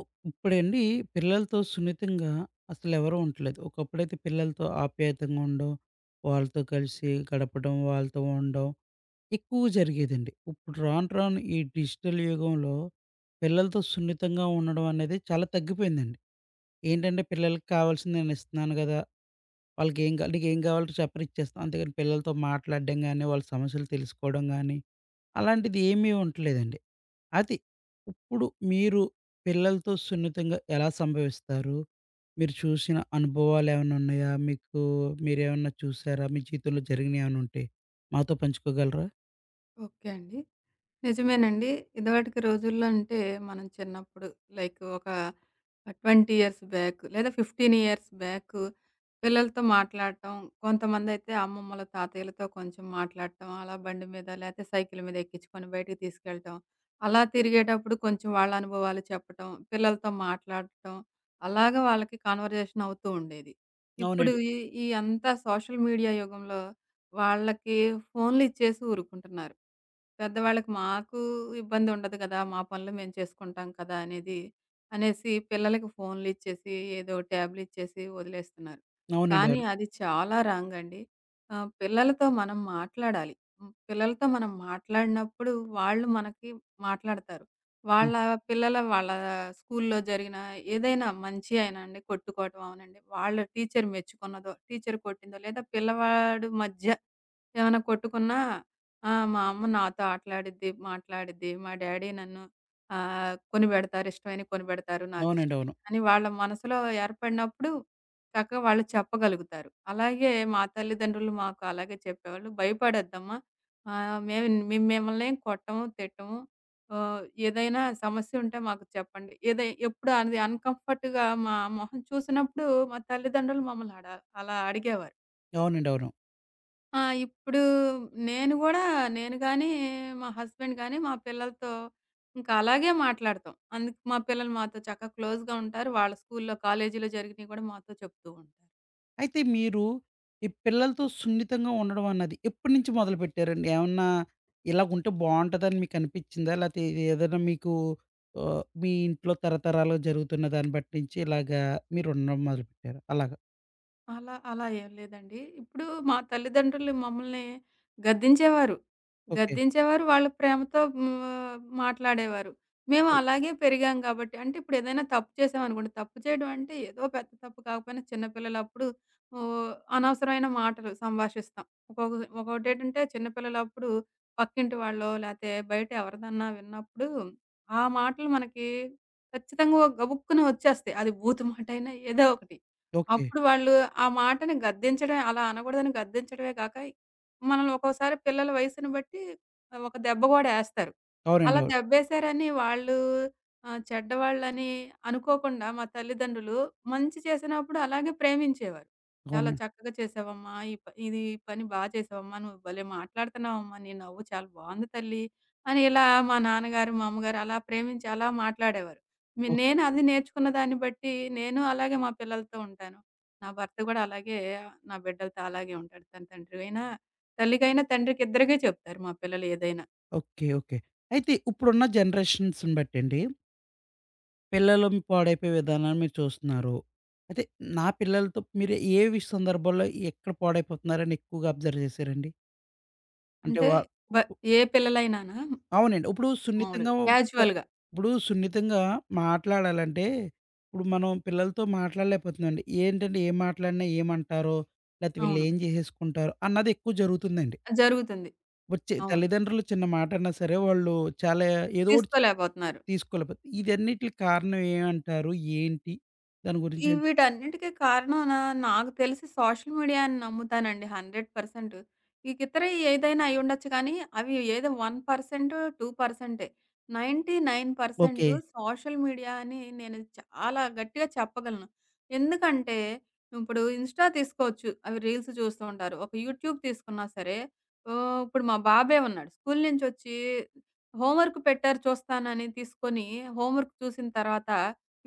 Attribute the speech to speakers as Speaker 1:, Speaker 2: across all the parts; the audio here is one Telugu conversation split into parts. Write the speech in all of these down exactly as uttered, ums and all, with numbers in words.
Speaker 1: ఒ ఇప్పుడండి, పిల్లలతో సున్నితంగా అసలెవరు ఉండట్లేదు. ఒకప్పుడైతే పిల్లలతో ఆప్యాయతంగా ఉండడం, వాళ్ళతో కలిసి గడపడం, వాళ్ళతో ఉండడం ఎక్కువ జరిగేదండి. ఇప్పుడు రాను రాను ఈ డిజిటల్ యుగంలో పిల్లలతో సున్నితంగా ఉండడం అనేది చాలా తగ్గిపోయిందండి. ఏంటంటే, పిల్లలకి కావాల్సింది నేను ఇస్తున్నాను గదా! వాళ్ళకేం కా నీకేం కావాలంటే చెప్పరా ఇచ్చేస్తాం. అంతేగాని పిల్లలతో మాట్లాడడం గాని, వాళ్ళ సమస్యలు తెలుసుకోవడం గాని అలాంటిది ఏమీ ఉండట్లేదండి. అది. ఇప్పుడు మీరు పిల్లలతో సున్నితంగా ఎలా సంభవిస్తారు? మీరు చూసిన అనుభవాలేమన్నా ఉన్నాయా? మీకు, మీరేమన్నా చూసారా? మీ జీవితంలో జరిగినయేమన్నా ఉంటే మాతో పంచుకోగలరా?
Speaker 2: ఓకే అండి. నిజమేనండి. ఇదివటికి రోజుల్లో అంటే, మనం చిన్నప్పుడు లైక్ ఒక ఆ! ఇరవై ఇయర్స్ బ్యాక్ లేదా పదిహేను ఇయర్స్ బ్యాక్ పిల్లలతో మాట్లాడటం, కొంతమందైతే అమ్మమ్మల, తాతయ్యలతో కొంచెం మాట్లాడటం, అలా బండి మీద లేతే సైకిల్ మీద ఎక్కించుకొని బయటికి తీసుకెళ్ళటం. అలా తిరిగేటప్పుడు కొంచెం వాళ్ళ అనుభవాలు చెప్పటం, పిల్లలతో మాట్లాడటం, అలాగా వాళ్ళకి కన్వర్జేషన్ అవుతూ ఉండేది. ఇప్పుడు
Speaker 1: అవునండి.
Speaker 2: ఈ ఈ అంతా సోషల్ మీడియా యుగంలో వాళ్ళకి ఫోన్‌లు ఇచ్చేసి ఊరుకుంటున్నారు. పెద్దవాళ్ళకి మాకు ఇబ్బంది ఉండదు కదా! మా పనులు మేము చేసుకుంటాం కదా! అనేది అనేసి పిల్లలకి ఫోన్‌లిచ్చేసి, ఏదో ట్యాబ్‌లిచ్చేసి వదిలేస్తున్నారు.
Speaker 1: అవునండి.
Speaker 2: కానీ
Speaker 1: అవును.
Speaker 2: అది చాలా రాంగ్ అండి. ఆహ్, పిల్లలతో మనం మాట్లాడాలి. హ్మ్. పిల్లలతో మనం మాట్లాడినప్పుడు వాళ్ళు మనకి మాట్లాడతారు.
Speaker 1: హ్మ్.
Speaker 2: వాళ్ళ పిల్లల వాళ్ళ స్కూల్‌లో జరిగిన ఏదైనా మంచి అయినా అండి, కొట్టుకోవటం అవనండి, వాళ్ళ టీచర్ మెచ్చుకున్నదో, టీచర్ కొట్టిందో, లేదా పిల్లవాడు మధ్య ఏమైనా కొట్టుకున్నా, "ఆ! మా అమ్మ నాతో ఆటలాడిద్ది, మాట్లాడిద్ది. మా డ్యాడీ నన్ను" ఆహ్, కొనిపెడతారు. ఇష్టమైనవి కొనిపెడతారు.
Speaker 1: అవునండి.
Speaker 2: నాకిష్టమే
Speaker 1: అవును.
Speaker 2: అని వాళ్ళ మనసులో ఏర్పడినప్పుడు చక్కగా వాళ్ళు చెప్పగలుగుతారు. అలాగే మా తల్లిదండ్రులు మాకు అలాగే చెప్పేవాళ్ళు. భయపడొద్దమ్మా, ఆహ్, మేము మేము మిమ్మల్నేం కొట్టము, తిట్టము. ఆహ్, ఏదైనా సమస్య ఉంటే మాకు చెప్పండి. ఏదై ఎప్పుడు అది అన్‌కంఫర్ట్‌గా మా మొహం చూసినప్పుడు మా తల్లిదండ్రులు మమ్మల్ని అడ అలా అడిగేవారు.
Speaker 1: అవునండి. అవును.
Speaker 2: ఆ! ఇప్పుడు నేను గూడా నేను గానీ, మా హస్బెండ్ గానీ, మా పిల్లలతో ఇంకా అలాగే మాట్లాడతాం. అందుకు మా పిల్లలు మాతో చక్కగా క్లోజ్‌గా ఉంటారు. వాళ్ళ స్కూలులో, కాలేజీలో జరిగినయి గూడా మాతో చెప్తూ ఉంటారు.
Speaker 1: అయితే మీరు ఈ పిల్లలతో సున్నితంగా ఉండడం అన్నది ఎప్పటినుంచి మొదలుపెట్టారండి? ఏమన్నా ఇలాగుంటే బావుంటదని మీకు అనిపిచ్చిందా? లేతే ఏదైనా మీకు, ఆహ్, మీ ఇంట్లో తరతరాలుగా జరుగుతున్న దాన్ని బట్టి నుంచి ఇలాగా మీరు ఉండడం మొదలుపెట్టారా? అలాగ.
Speaker 2: అలా అలా ఏం లేదండి. ఇప్పుడు మా తల్లిదండ్రులు మమ్మల్ని గద్దించేవారు.
Speaker 1: ఓకే.
Speaker 2: గద్దించేవారు. వాళ్ళ ప్రేమతో హ్మ్, మాట్లాడేవారు. మేము
Speaker 1: ఓ-
Speaker 2: అలాగే పెరిగాం కాబట్టి, అంటే ఇప్పుడేదైనా తప్పు చేశామనుకోండి, తప్పు చేయడం అంటే ఏదో పెద్ద తప్పు కాకపోయినా చిన్న పిల్లలప్పుడు ఓహ్! అనవసరమైన మాటలు సంభాషిస్తాం. ఒక్కొక్క ఒక్కోటేటంటే చిన్న పిల్లలప్పుడు పక్కింటి వాళ్ళో లేతే బయట ఎవరిదన్నా విన్నప్పుడు ఆ మాటలు మనకి ఖచ్చితంగా ఒక గబుక్కున వచ్చేస్తాయి. అది బూతు మాటైనా ఏదో ఒకటి.
Speaker 1: ఓకే.
Speaker 2: అప్పుడు వాళ్ళు ఆ మాటని గద్దించడమే, అలా అనకూడదని గద్దించడమే కాక, మనల్ని ఒక్కోసారి పిల్లల వయసుని బట్టి ఒక దెబ్బ కూడా ఏస్తారు.
Speaker 1: అవునండి.
Speaker 2: అలా
Speaker 1: అవును.
Speaker 2: దెబ్బేశారని వాళ్ళు ఆహ్, చెడ్డవాళ్ళని అనుకోకుండా, మా తల్లిదండ్రులు మంచి చేసినప్పుడు అలాగే ప్రేమించేవారు. "చాలా
Speaker 1: అవునండి.
Speaker 2: చక్కగా చేసావమ్మా! ఈ ప ఇది ఈ పని బా చేసావమ్మా! నువ్వు భలే మాట్లాడుతున్నావమ్మా! నీ నవ్వు చాలా బావుంది తల్లి" అని ఇలా మా నాన్నగారు, మా అమ్మగారు అలా ప్రేమించి అలా మాట్లాడేవారు. మి
Speaker 1: ఓక్
Speaker 2: నేను అది నేర్చుకున్న దాన్ని బట్టి నేను అలాగే మా పిల్లలతో ఉంటాను. నా భర్త గూడా అలాగే నా బిడ్డలతో అలాగే ఉంటాడు. తన తండ్రికైనా, తల్లికైనా, తండ్రికి ఇద్దరికీ చెప్తారు మా పిల్లలు ఏదైనా.
Speaker 1: ఓకే. ఓకే. అయితే ఇప్పుడున్న జనరేషన్స్‌ని బట్టండి, పిల్లలు పాడైపోయే విధానాన్ని మీరు చూస్తున్నారు. అయితే నా పిల్లలతో మీరు ఏ వి సందర్భాల్లో ఎక్కడ పాడైపోతున్నారని ఎక్కువగా అబ్జర్వ్ చేశారండి? అంటే
Speaker 2: అంటే
Speaker 1: వా
Speaker 2: బ ఏ పిల్లలైనానా
Speaker 1: అవునండి. ఇప్పుడు సున్నితంగా.
Speaker 2: మామూలుగా
Speaker 1: త
Speaker 2: క్యాజువల్‌గా.
Speaker 1: ఇప్పుడు సున్నితంగా మాట్లాడాలంటే, ఇప్పుడు మనం పిల్లలతో మాట్లాడలేకపోతున్నామండి. ఏంటంటే, ఏం మాట్లాడినా ఏమంటారో, లేతే
Speaker 2: అవును,
Speaker 1: వీళ్ళేం జేసేసుకుంటారో అన్నది ఎక్కువ జరుగుతుందండి.
Speaker 2: జరుగుతుంది.
Speaker 1: వచ్చే
Speaker 2: అవును,
Speaker 1: తల్లిదండ్రులు చిన్న మాటన్నా సరే, వాళ్ళు చాలా ఏదో ఒకటి చె
Speaker 2: తీసుకోలేకపోతున్నారు.
Speaker 1: తీసుకోలేకపోతే ఇదన్నిట్లికి కారణం ఏమంటారు? ఏంటి? దాని గురించి
Speaker 2: ఈ
Speaker 1: ఏం చె
Speaker 2: వీటన్నిటికి కారణం నా నాకు తెలిసి సోషల్ మీడియా అని నమ్ముతానండి, వంద శాతం. ఇక ఇతర ఏదైనా అయ్యుండొచ్చు కానీ, అవి ఏదో ఒక శాతం, రెండు శాతం.
Speaker 1: ఓకే.
Speaker 2: తొంభై తొమ్మిది శాతం సోషల్ మీడియా అని నేను చాలా గట్టిగా చెప్పగలను. ఎందుకంటే, ఇప్పుడు ఇన్‌స్టా తీసుకోవచ్చు. అవి రీల్స్ చూస్తూ ఉంటారు. ఒక యూట్యూబ్ తీసుకున్నా సరే, ఓహ్! ఇప్పుడు మా బాబే ఉన్నాడు. స్కూల్ నుంచొచ్చి హోంవర్క్ పెట్టారు చూస్తానని తీసుకొని, హోంవర్క్ చూసిన తర్వాత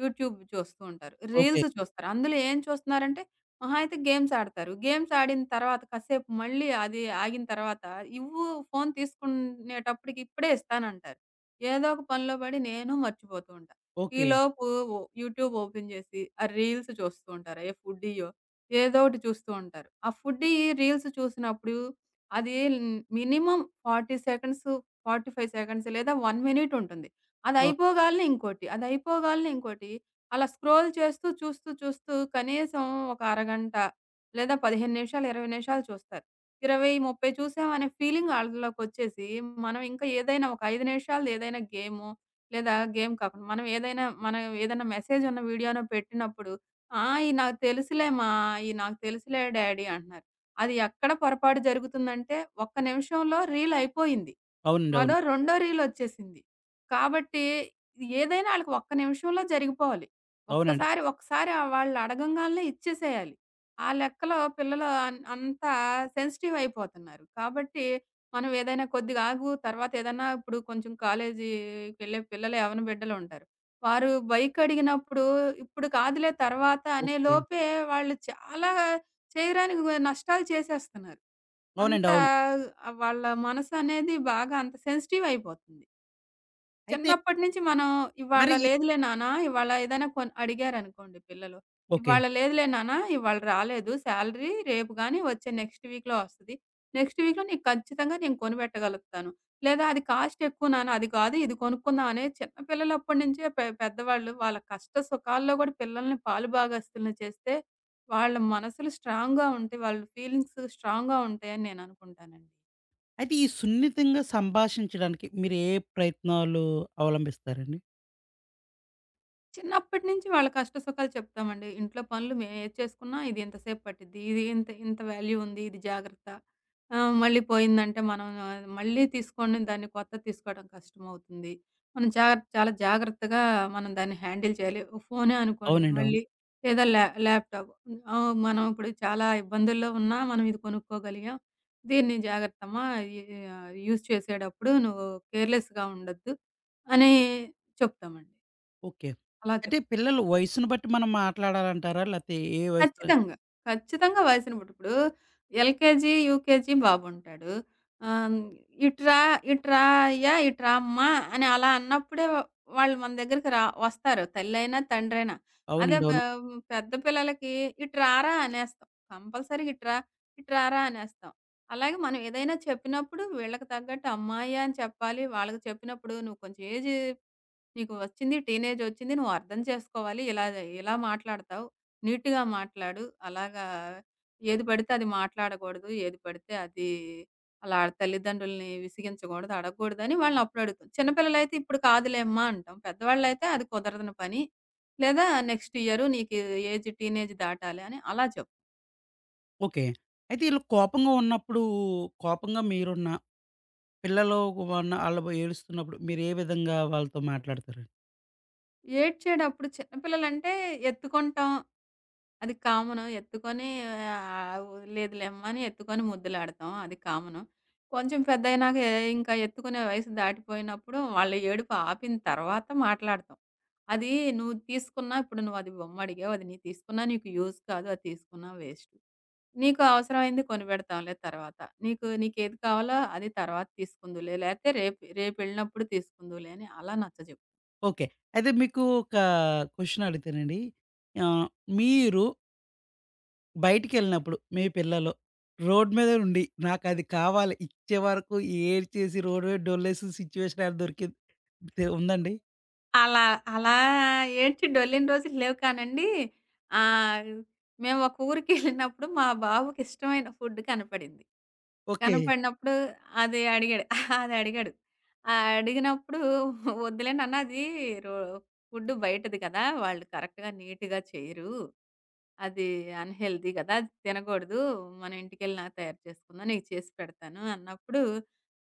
Speaker 2: యూట్యూబ్ చూస్తూ ఉంటారు.
Speaker 1: ఓకే.
Speaker 2: రీల్స్ చూస్తారు. అందులో ఏం చూస్తున్నారంటే, మహా అయితే గేమ్స్ ఆడతారు. గేమ్స్ ఆడిన తర్వాత కాసేపు మళ్ళీ అది ఆగిన తర్వాత, "ఇవ్వు ఫోను" తీసుకునేటప్పటికి ఇప్పుడే ఇస్తానంటారు. ఏదో ఒక పనిలో పడి నేను మర్చిపోతూ ఉంటా.
Speaker 1: ఓకే.
Speaker 2: ఈలోపు ఓ యూట్యూబ్ ఓపెన్ చేసి ఆ రీల్స్ చూస్తూ ఉంటారు. ఏ ఫుడ్డీయో ఏదో ఒకటి చూస్తూ ఉంటారు. ఆ ఫుడ్డీ రీల్స్ చూసినప్పుడు అది మినిమమ్ నలభై సెకండ్స్, నలభై ఐదు సెకండ్స్ లేదా ఒక మినిట్ ఉంటుంది.
Speaker 1: అవ్
Speaker 2: అదయిపోగాల్నే ఇంకోటి, అదయిపోగాల్నే ఇంకోటి. అలా స్క్రోల్ చేస్తూ, చూస్తూ, చూస్తూ కనీసం ఒక అరగంట లేదా పదిహేను నిమిషాలు, ఇరవై నిమిషాలు చూస్తారు. ఇరవై, ముప్పై చూసామనే ఫీలింగ్ ఆళ్ళలోకొచ్చేసి, మనం ఇంకా ఏదైనా ఒక ఐదు నిమిషాలది ఏదైనా గేమో, లేదా గేమ్ కాకుండా మనం ఏదైనా మనం ఏదైనా మెసేజున్న వీడియోనో పెట్టినప్పుడు, "ఆ! ఇది నాకు తెలుసులే మా, ఇది నాకు తెలుసులే డాడీ" అంటున్నారు. అది ఎక్కడ పొరపాటు జరుగుతుందంటే, ఒక్క నిమిషంలో రీల్ అయిపోయింది.
Speaker 1: అవునండి.
Speaker 2: మరో
Speaker 1: అవును.
Speaker 2: రెండో రీలొచ్చేసింది. కాబట్టి ఏదైనా ఆళ్ళకి ఒక్క నిమిషంలో జరిగిపోవాలి.
Speaker 1: అవునండి.
Speaker 2: ఒక్కసారి ఒకసారి ఆహ్, వాళ్ళు అడగంగాల్నే ఇచ్చేసేయాలి. ఆ లెక్కలో పిల్లలు అన్ అంతా సెన్సిటివ్ అయిపోతున్నారు. కాబట్టి మనం ఏదైనా కొద్దిగా ఆగు తర్వాత ఏదన్నా ఇప్పుడు కొంచెం కాలేజీకెళ్ళే పిల్లలు, యవ్వన బిడ్డలుంటారు. వారు బైక్ అడిగినప్పుడు "ఇప్పుడు కాదులే తర్వాత" అనే
Speaker 1: ఓకే.
Speaker 2: లోపే వాళ్ళు చాలా చేయరాని వ నష్టాలు చేసేస్తున్నారు.
Speaker 1: అవునండి.
Speaker 2: అంత
Speaker 1: అవును.
Speaker 2: వాళ్ళ మనసనేది బాగా అంత సెన్సిటివ్ అయిపోతుంది.
Speaker 1: అయితే
Speaker 2: చిన్నప్పటి నుంచి మనం
Speaker 1: మరి
Speaker 2: "ఇవాళ
Speaker 1: ఈ
Speaker 2: లేదులే నాన్న", ఇవాళ ఏదైనా కొన్ అడిగారనుకోండి పిల్లలు,
Speaker 1: ఓకే.
Speaker 2: "ఇవాళ లేదులే నాన్న, ఇవాళ రాలేదు శాలరీ, రేపు గాని, వచ్చే నెక్స్ట్ వీక్‌లో వస్తది. నెక్స్ట్ వీక్‌లో నీకు ఖచ్చితంగా నేను కొనిపెట్టగలుగుతాను. లేదా అది కాస్ట్ ఎక్కువ నాన్న, అది కాదు ఇది కొనుక్కుందాం" అనేది చిన్న పిల్లలప్పటి నుంచే, పె పెద్దవాళ్ళు వాళ్ళ కష్ట సుఖాల్లో కూడా పిల్లల్ని పాలు భాగస్తులను చేస్తే, వాళ్ళ మనసులు స్ట్రాంగ్‌గా ఉంటాయి. వాళ్ళ ఫీలింగ్స్ స్ట్రాంగ్‌గా ఉంటాయని నేను అనుకుంటానండి.
Speaker 1: అయితే ఈ సున్నితంగా సంభాషించడానికి మీరు ఏ ప్రయత్నాలు అవలంబిస్తారండి?
Speaker 2: చిన్నప్పటి నుంచి వాళ్ళ కష్ట సుఖాలు చెప్తామండి. ఇంట్లో పనులు మేమేది చేసుకున్నా, "ఇది ఇంతసేపు పట్టిద్ది. ఇది ఇంత ఇంత వాల్యూ ఉంది. ఇది జాగ్రత్త. ఆహ్, మళ్ళీ పోయిందంటే మనం, ఆహ్, మళ్ళీ తీసుకొని దాన్ని కొత్తది తీసుకోవడం కష్టమవుతుంది. మనం జాగ్రత్త చాలా జాగ్రత్తగా మనం దాన్ని హ్యాండిల్ చేయాలి. ఓ ఫోనే అనుకోండి
Speaker 1: అవునండి. అవును.
Speaker 2: మళ్ళీ, లేదా ల్యా ల్యాప్‌టాప్, ఆహ్, మనం ఇప్పుడు చాలా ఇబ్బందుల్లో ఉన్నా మనం ఇది కొనుక్కోగలిగాం. దీన్ని జాగ్రత్తమ్మా, ఈ ఆహ్, యూజ్ చేసేటప్పుడు నువ్వు కేర్‌లెస్‌గా ఉండొద్దు" అని చెప్తామండి.
Speaker 1: ఓకే.
Speaker 2: అలా
Speaker 1: అయితే
Speaker 2: చెప్తాం.
Speaker 1: పిల్లలు వయసును బట్టి మనం మాట్లాడాలంటారా? లేతే ఏ వయసులో?
Speaker 2: ఖచ్చితంగా. ఖచ్చితంగా వయసుని బట్టి. ఇప్పుడు ఎల్‌కేజీ, యూకేజీ బాబుంటాడు. ఆహ్, "ఇటురా, ఇటురా అయ్యా, ఇటురా అమ్మా" అని అలా అన్నప్పుడే వాళ్ళు మన దగ్గరికి రా వస్తారు, తల్లైనా, తండ్రైనా. అదే
Speaker 1: అవునండి.
Speaker 2: పే
Speaker 1: అవును.
Speaker 2: పెద్ద పిల్లలకి "ఇటు రారా" అనేస్తాం. కంపల్సరీగా "ఇటురా, ఇటు రారా" అనేస్తాం. అలాగే మనం ఏదైనా చెప్పినప్పుడు వీళ్ళకి తగ్గట్టు "అమ్మాయి" అని చెప్పాలి. వాళ్ళకి చెప్పినప్పుడు, "నువ్వు కొంచెం ఏజ్, నీకు వచ్చింది, టీనేజ్ వచ్చింది. నువ్వు అర్థం చేసుకోవాలి. ఇలా ఇలా మాట్లాడతావు. నీట్‌గా మాట్లాడు." అలాగా ఏది పడితే అది మాట్లాడకూడదు. ఏది పడితే అది అలా తల్లిదండ్రుల్ని విసిగించకూడదు, అడగకూడదని వాళ్ళని అప్పుడు అడుగుతాం. చిన్నపిల్లలైతే "ఇప్పుడు కాదులేమ్మా" అంటాం. పెద్దవాళ్ళైతే అది కుదరని పని, లేదా "నెక్స్ట్ ఇయర్ నీకు ఏజ్, టీనేజ్ దాటాలి" అని అలా చెప్తాం.
Speaker 1: ఓకే. అయితే ఈళ్ళు కోపంగా ఉన్నప్పుడు, కోపంగా మీరున్న, పిల్లలు ఉన్న ఆళ్ళు ఏడుస్తున్నప్పుడు మీరు ఏ విధంగా వాళ్ళతో మాట్లాడతారండి?
Speaker 2: ఏడ్చేటప్పుడు చిన్నపిల్లలంటే ఎత్తుకుంటాం. అది కామను. ఎత్తుకొని, ఆహ్, "వదిలేదులేమ్మా" అని ఎత్తుకొని ముద్దులాడతాం. అది కామను. కొంచెం పెద్దయినాక, ఎ ఇంకా ఎత్తుకునే వయసు దాటిపోయినప్పుడు, వాళ్ళ ఏడుపు ఆపిన తర్వాత మాట్లాడతాం. "అది నువ్వు తీసుకున్నా, ఇప్పుడు నువ్వు అది బొమ్మ అడిగావు. అది నీ తీసుకున్నా నీకు యూజ్ కాదు. అది తీసుకున్నా వేస్ట్. నీకు అవసరమైంది కొనిపెడతాంలే తర్వాత. నీకు నీకేది కావాలో అది తర్వాత తీసుకుందువులే. లేతే రేపు రేపెళ్ళినప్పుడు తీసుకుందువులే" అని అలా నచ్చజెప్
Speaker 1: ఓకే. అయితే మీకు ఒక క్వెషన్ అడుగుతానండి. ఆహ్, మీరు బయటికెళ్ళినప్పుడు మీ పిల్లలు రోడ్ మీద ఉండి నాకది కావాలి ఇచ్చే వరకు ఏడ్చేసి రోడ్ మీద డొల్లేసిన సిచ్యువేషన్ ఏమైనా దొరికింది తే ఉందండి?
Speaker 2: అలా అలా ఏడ్చి డొల్లిన రోజులు లేవు కానండి. ఆహ్, మేము ఒక ఊరికెళ్ళినప్పుడు మా బాబుకి ఇష్టమైన ఫుడ్ కనపడింది.
Speaker 1: ఓకే.
Speaker 2: కనపడినప్పుడు అది అడిగాడు. అది అడిగాడు. ఆహ్, అడిగినప్పుడు, "వద్దులే నాన్న, అది రో ఫుడ్ బయటది కదా! వాళ్ళు కరెక్ట్‌గా నీట్‌గా చేయరు. అది అన్‌హెల్తీ కదా! అది తినకూడదు. మనం ఇంటికెళ్ళినాక తయారు చేసుకుందాం. నీకు చేసి పెడతాను" అన్నప్పుడు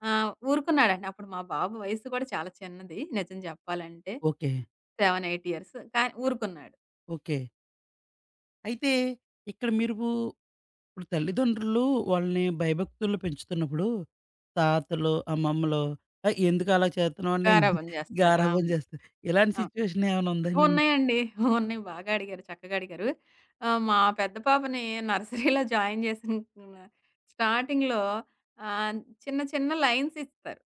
Speaker 2: ఆ! ఊరుకున్నాడండి. అప్పుడు మా బాబు వయసు కూడా చాలా చిన్నది, నిజం చెప్పాలంటే.
Speaker 1: ఓకే.
Speaker 2: ఏడు, ఎనిమిది ఇయర్స్. కానీ ఊరుకున్నాడు.
Speaker 1: ఓకే. అయితే ఇక్కడ మీరు ఇప్పుడు తల్లిదండ్రులు వాళ్ళని భయభక్తుల్లో పెంచుతున్నప్పుడు, తాతలు, అమ్మమ్మలు "ఏయ్! ఎందుకు అలా చేస్తున్నావు" అని
Speaker 2: గారాబం చేస్తారు,
Speaker 1: గారాబం
Speaker 2: అవును.
Speaker 1: చేస్తారు. ఇలాంటి
Speaker 2: అవును,
Speaker 1: సిట్యుయేషన్ ఏమైనా ఉందండి మీకు?
Speaker 2: ఉన్నాయండి. ఉన్నాయి. బాగా అడిగారు. చక్కగా అడిగారు. ఆహ్, మా పెద్ద పాపని నర్సరీలో జాయిన్ చేసిన స్టార్టింగ్‌లో, ఆహ్, చిన్న చిన్న లైన్స్ ఇస్తారు.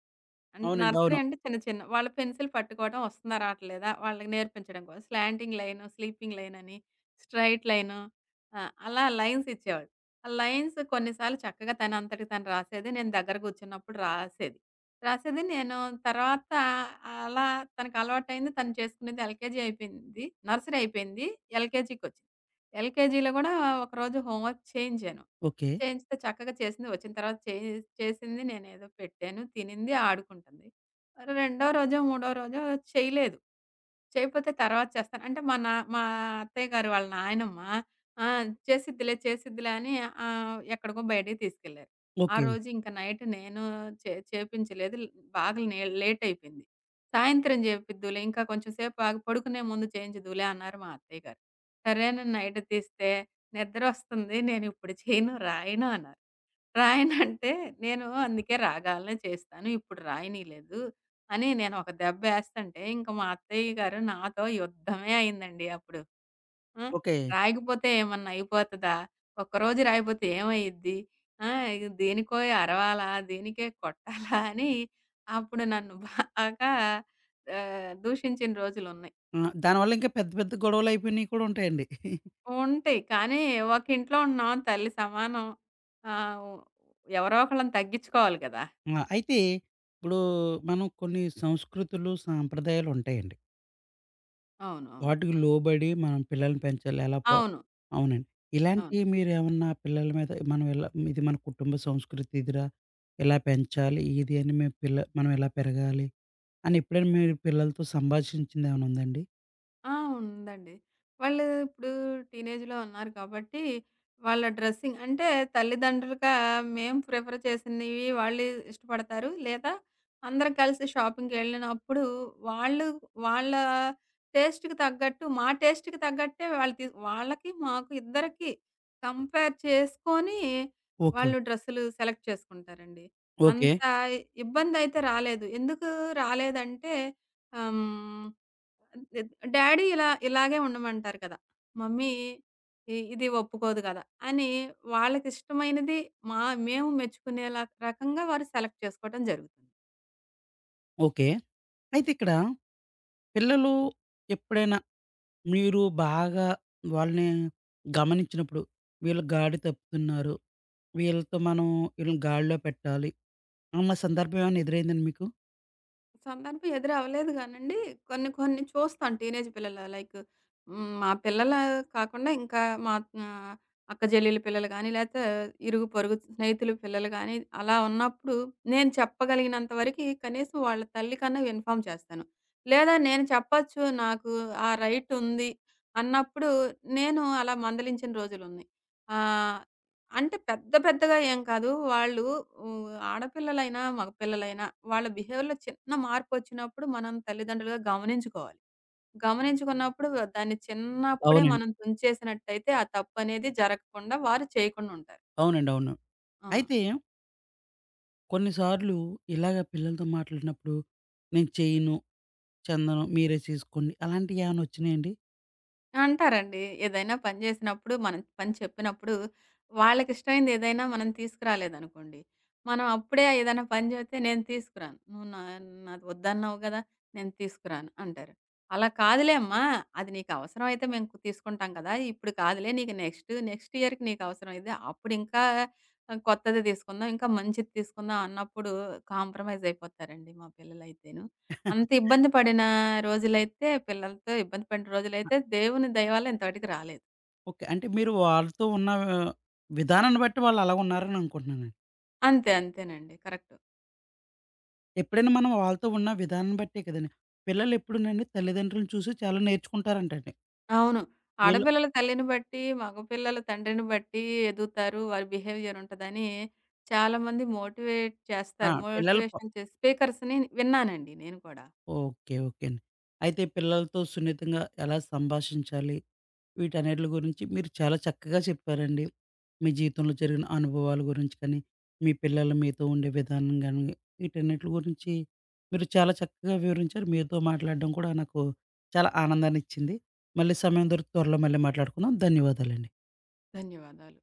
Speaker 2: అన్
Speaker 1: అవునండి.
Speaker 2: నర్సరీ
Speaker 1: అవును.
Speaker 2: అంటే చిన్న చిన్న వాళ్ళ పెన్సిల్ పట్టుకోవడం వస్తుందా, రావట్లేదా? వాళ్ళకి నేర్పించడం కోసం స్లాంటింగ్ లైను, స్లీపింగ్ లైన్ అని, స్ట్రెయిట్ లైను, ఆహ్, అలా లైన్స్ ఇచ్చేవాళ్ళు. ఆ లైన్స్ కొన్నిసార్లు చక్కగా తనంతటికి తను రాసేది. నేను దగ్గర కూర్చున్నప్పుడు రాసేది. రాసేది నేను తర్వాత అలా తనకలవాటయింది. తను చేసుకునేది. ఎల్‌కేజీ అయిపోయింది, నర్సరీ అయిపోయింది. ఎల్‌కేజీకొచ్చింది. ఎల్‌కేజీలో గూడా ఒకరోజు హోంవర్క్ చేయించాను.
Speaker 1: ఓకే.
Speaker 2: చేయించితే చక్కగా చేసింది. వచ్చిన తర్వాత చే చేసింది. నేనేదో పెట్టాను, తినింది, ఆడుకుంటుంది. మరి రెండో రోజో, మూడో రోజో చేయలేదు. చేయకపోతే తర్వాత చేస్తాను, అంటే మా నా మా అత్తయ్య గారు, వాళ్ళ నాయనమ్మ, ఆ! "చేసిద్దిలే, చేసిద్దిలే" అని ఆహ్, ఎక్కడికో బయటికి తీసుకెళ్లారు. ఆ
Speaker 1: ఓకే.
Speaker 2: రోజు ఇంక నైట్ నేను చే చేపించలేదు. ల్- బాగా నే లేటయిపోయింది. "సాయంత్రం చేపిద్దులే, ఇంకా కొంచెం సేపు ఆగి పడుకునే ముందు చేయించుదువులే" అన్నారు మా అత్తయ్య గారు. సరే అని నైట్ తీస్తే, "నిద్రొస్తుంది, నేనిప్పుడు చేయను, రాయను" అన్నారు. రాయనంటే, "నేను అందుకే రాగాలనే చేస్తాను, ఇప్పుడు రాయనీయలేదు" అని నేనొక దెబ్బేస్తంటే, ఇంక మా అత్తయ్య గారు నాతో యుద్ధమే అయిందండి అప్పుడు. ఆ!
Speaker 1: ఓకే.
Speaker 2: "రాయకపోతే ఏమన్నా అయిపోతదా? ఒక్కరోజు రాయపోతే ఏమయ్యిద్ది? ఆ! ఇగ దేనికో అరవాలా, దేనికే కొట్టాలా" అని అప్పుడు నన్ను బాగా, ఆహ్, దూషించిన రోజులున్నాయి.
Speaker 1: ఆ! దానివల్ల ఇంకా పెద్ద పెద్ద గొడవలు అయిపోయినయి కూడా ఉంటాయండి.
Speaker 2: ఉంటాయి. కానీ ఒక ఇంట్లో ఉన్నాం, తల్లి సమానం. ఆహ్, ఎవరో ఒకళ్ళని తగ్గించుకోవాలి కదా!
Speaker 1: ఆ! అయితే ఇప్పుడు మనం కొన్ని సంస్కృతులు, సాంప్రదాయాలు ఉంటాయండి.
Speaker 2: అవును. అవును.
Speaker 1: వాటికి లోబడి మనం పిల్లల్ని పెంచాలి. ఎలా ప
Speaker 2: అవును.
Speaker 1: అవునండి.
Speaker 2: ఆ!
Speaker 1: ఇలాంటియి మీరేమన్నా పిల్లల మీద మనం ఇలా ఇది మన కుటుంబ సంస్కృతి ఇదిరా, ఇలా పెంచాలి ఇది అని మేము పిల్ల మనం ఇలా పెరగాలి అని ఎప్పుడైనా మీరు పిల్లలతో సంభాషించిందేమైనా ఉందండి?
Speaker 2: ఆ! ఉందండి. వాళ్ళు ఇప్పుడు టీనేజ్‌లో ఉన్నారు కాబట్టి, వాళ్ళ డ్రెస్సింగ్ అంటే, తల్లిదండ్రులుగా మేము ప్రిఫర్ చేసినవి వాళ్ళు ఇష్టపడతారు. లేదా అందరం కలిసి షాపింగ్‌కెళ్ళినప్పుడు వాళ్ళు వాళ్ళ టేస్ట్‌కి తగ్గట్టు, మా టేస్ట్‌కి తగ్గట్టే వాళ్ళు తీస్ వాళ్ళకి, మాకు, ఇద్దరికీ కంపేర్ చేసుకొని
Speaker 1: ఓకే.
Speaker 2: వాళ్ళు డ్రెస్సులు సెలెక్ట్ చేసుకుంటారండి.
Speaker 1: ఓకే.
Speaker 2: అంత ఇబ్బందయితే రాలేదు. ఎందుకు రాలేదంటే, ఆహ్, హ్మ్. ద్ "డ్యాడీ ఇలా ఇలాగే ఉండమంటారు కదా! మమ్మీ ఇ ఇది ఒప్పుకోదు కదా!" అని వాళ్ళకిష్టమైనది, మా మేము మెచ్చుకునేలా రకంగా వారు సెలెక్ట్ చేసుకోవటం జరుగుతుంది.
Speaker 1: ఓకే. అయితే ఇక్కడ పిల్లలు ఎప్పుడైనా మీరు బాగా వాళ్ళని గమనించినప్పుడు వీళ్ళు గాడి తప్పుతున్నారు. వీళ్ళతో మనం వీళ్ళని గాడిలో పెట్టాలి అన్న సందర్భం ఏమైనా ఎదురైందండి మీకు?
Speaker 2: సందర్భం ఎదురవ్వలేదు గానండి. కొన్ని కొన్ని చూస్తాను, టీనేజ్ పిల్లలు లైక్, హ్మ్. మా పిల్లలు కాకుండా ఇంకా మా, ఆహ్, అక్క చెల్లెల పిల్లలు గాని, లేతే ఇరుగు పొరుగు స్నేహితుల పిల్లలు గాని, అలా ఉన్నప్పుడు నేను చెప్పగలిగినంత వరకి కనీసం వాళ్ళ తల్లి కన్నా ఇన్ఫార్మ్ చేస్తాను. లేదా నేను చెప్పొచ్చు, నాకు ఆ రైట్ ఉంది అన్నప్పుడు నేను అలా మందలించిన రోజులున్నాయి. ఆహ్, అంటే పెద్ద పెద్దగా ఏం కాదు. వాళ్ళు హ్మ్, ఆడపిల్లలైనా, మగపిల్లలైనా వాళ్ళ బిహేవియర్‌లో చిన్న మార్పొచ్చినప్పుడు మనం తల్లిదండ్రులుగా గమనించుకోవాలి. గమనించుకున్నప్పుడు దాన్ని చిన్నప్పుడే
Speaker 1: అవునండి.
Speaker 2: మనం తుంచేసినట్టయితే ఆ తప్పనేది జరగకుండా వారు చేయకుండా ఉంటారు.
Speaker 1: అవునండి. అవును.
Speaker 2: ఆ!
Speaker 1: అయితే కొన్నిసార్లు ఇలాగ పిల్లలతో మాట్లాడినప్పుడు, "నేను చేయను, చెందను, మీరే చేసుకోండి" అలాంటియేమన్నా వచ్చినాయండి?
Speaker 2: అంటారండి. ఏదైనా పని జేసినప్పుడు, మనం పని చెప్పినప్పుడు, వాళ్ళకిష్టమైంది ఏదైనా మనం తీసుకురాలేదనుకోండి, మనం అప్పుడే ఏదైనా పని జెబితే, "నేను తీసుకురాను. నువ్వు నా నాది వద్దన్నావు గదా! నేను తీసుకురాను" అంటారు. "అలా కాదులే అమ్మా! అది నీకు అవసరమైతే మేము కు- తీసుకుంటాం కదా! ఇప్పుడు కాదులే నీకు, నెక్స్ట్, నెక్స్ట్ ఇయర్‌కి నీకు అవసరమైతే అప్పుడు ఇంకా, ఆహ్, కొత్తది తీసుకుందాం. ఇంకా మంచిది తీసుకుందాం" అన్నప్పుడు కాంప్రమైజ్ అయిపోతారండి మా పిల్లలైతేను. అంత ఇబ్బంది పడిన రోజులైతే పిల్లలతో ఇబ్బంది పడిన రోజులైతే దేవుని దయ వల్ల ఇంతవటికి రాలేదు.
Speaker 1: ఓకే. అంటే మీరు వాళ్ళతో ఉన్న ఆ విధానాన్ని బట్టి వాళ్ళు అలా ఉన్నారని అనుకుంటున్నానండి.
Speaker 2: అంతే. అంతేనండి. కరెక్ట్.
Speaker 1: ఎప్పుడైనా మనం వాళ్ళతో ఉన్న విధానం బట్టే కదండీ. పిల్లలెప్పుడునండి తల్లిదండ్రులను చూసి చాలా నేర్చుకుంటారంటండి.
Speaker 2: అవును.
Speaker 1: వీళ్ళు
Speaker 2: ఆడపిల్లల తల్లిని బట్టి, మగపిల్లల తండ్రిని బట్టి ఎదుగుతారు. వారి బిహేవియర్ ఉంటదని చాలామంది మోటివేట్
Speaker 1: ఆ!
Speaker 2: చేస్తారు.
Speaker 1: పిల్లలు
Speaker 2: మోటివేషన్ చేసి స్పీకర్స్‌ని విన్నానండి నేను కూడా.
Speaker 1: ఓకే. ఓకే అండి. అయితే పిల్లలతో సున్నితంగా ఎలా సంభాషించాలి? వీటన్నిట్లి గురించి మీరు చాలా చక్కగా చెప్పారండి. మీ జీవితంలో జరిగిన అనుభవాల గురించి కానీ, మీ పిల్లలు మీతో ఉండే విధానం గాని, వీటన్నిట్లి గురించి మీరు చాలా చక్కగా వివరించారు. మీతో మాట్లాడడం కూడా నాకు చాలా ఆనందాన్నిచ్చింది. మళ్ళీ సమయం దొరికితే త్వరలో మళ్ళీ మాట్లాడుకుందాం. ధన్యవాదాలండి.
Speaker 2: ధన్యవాదాలు.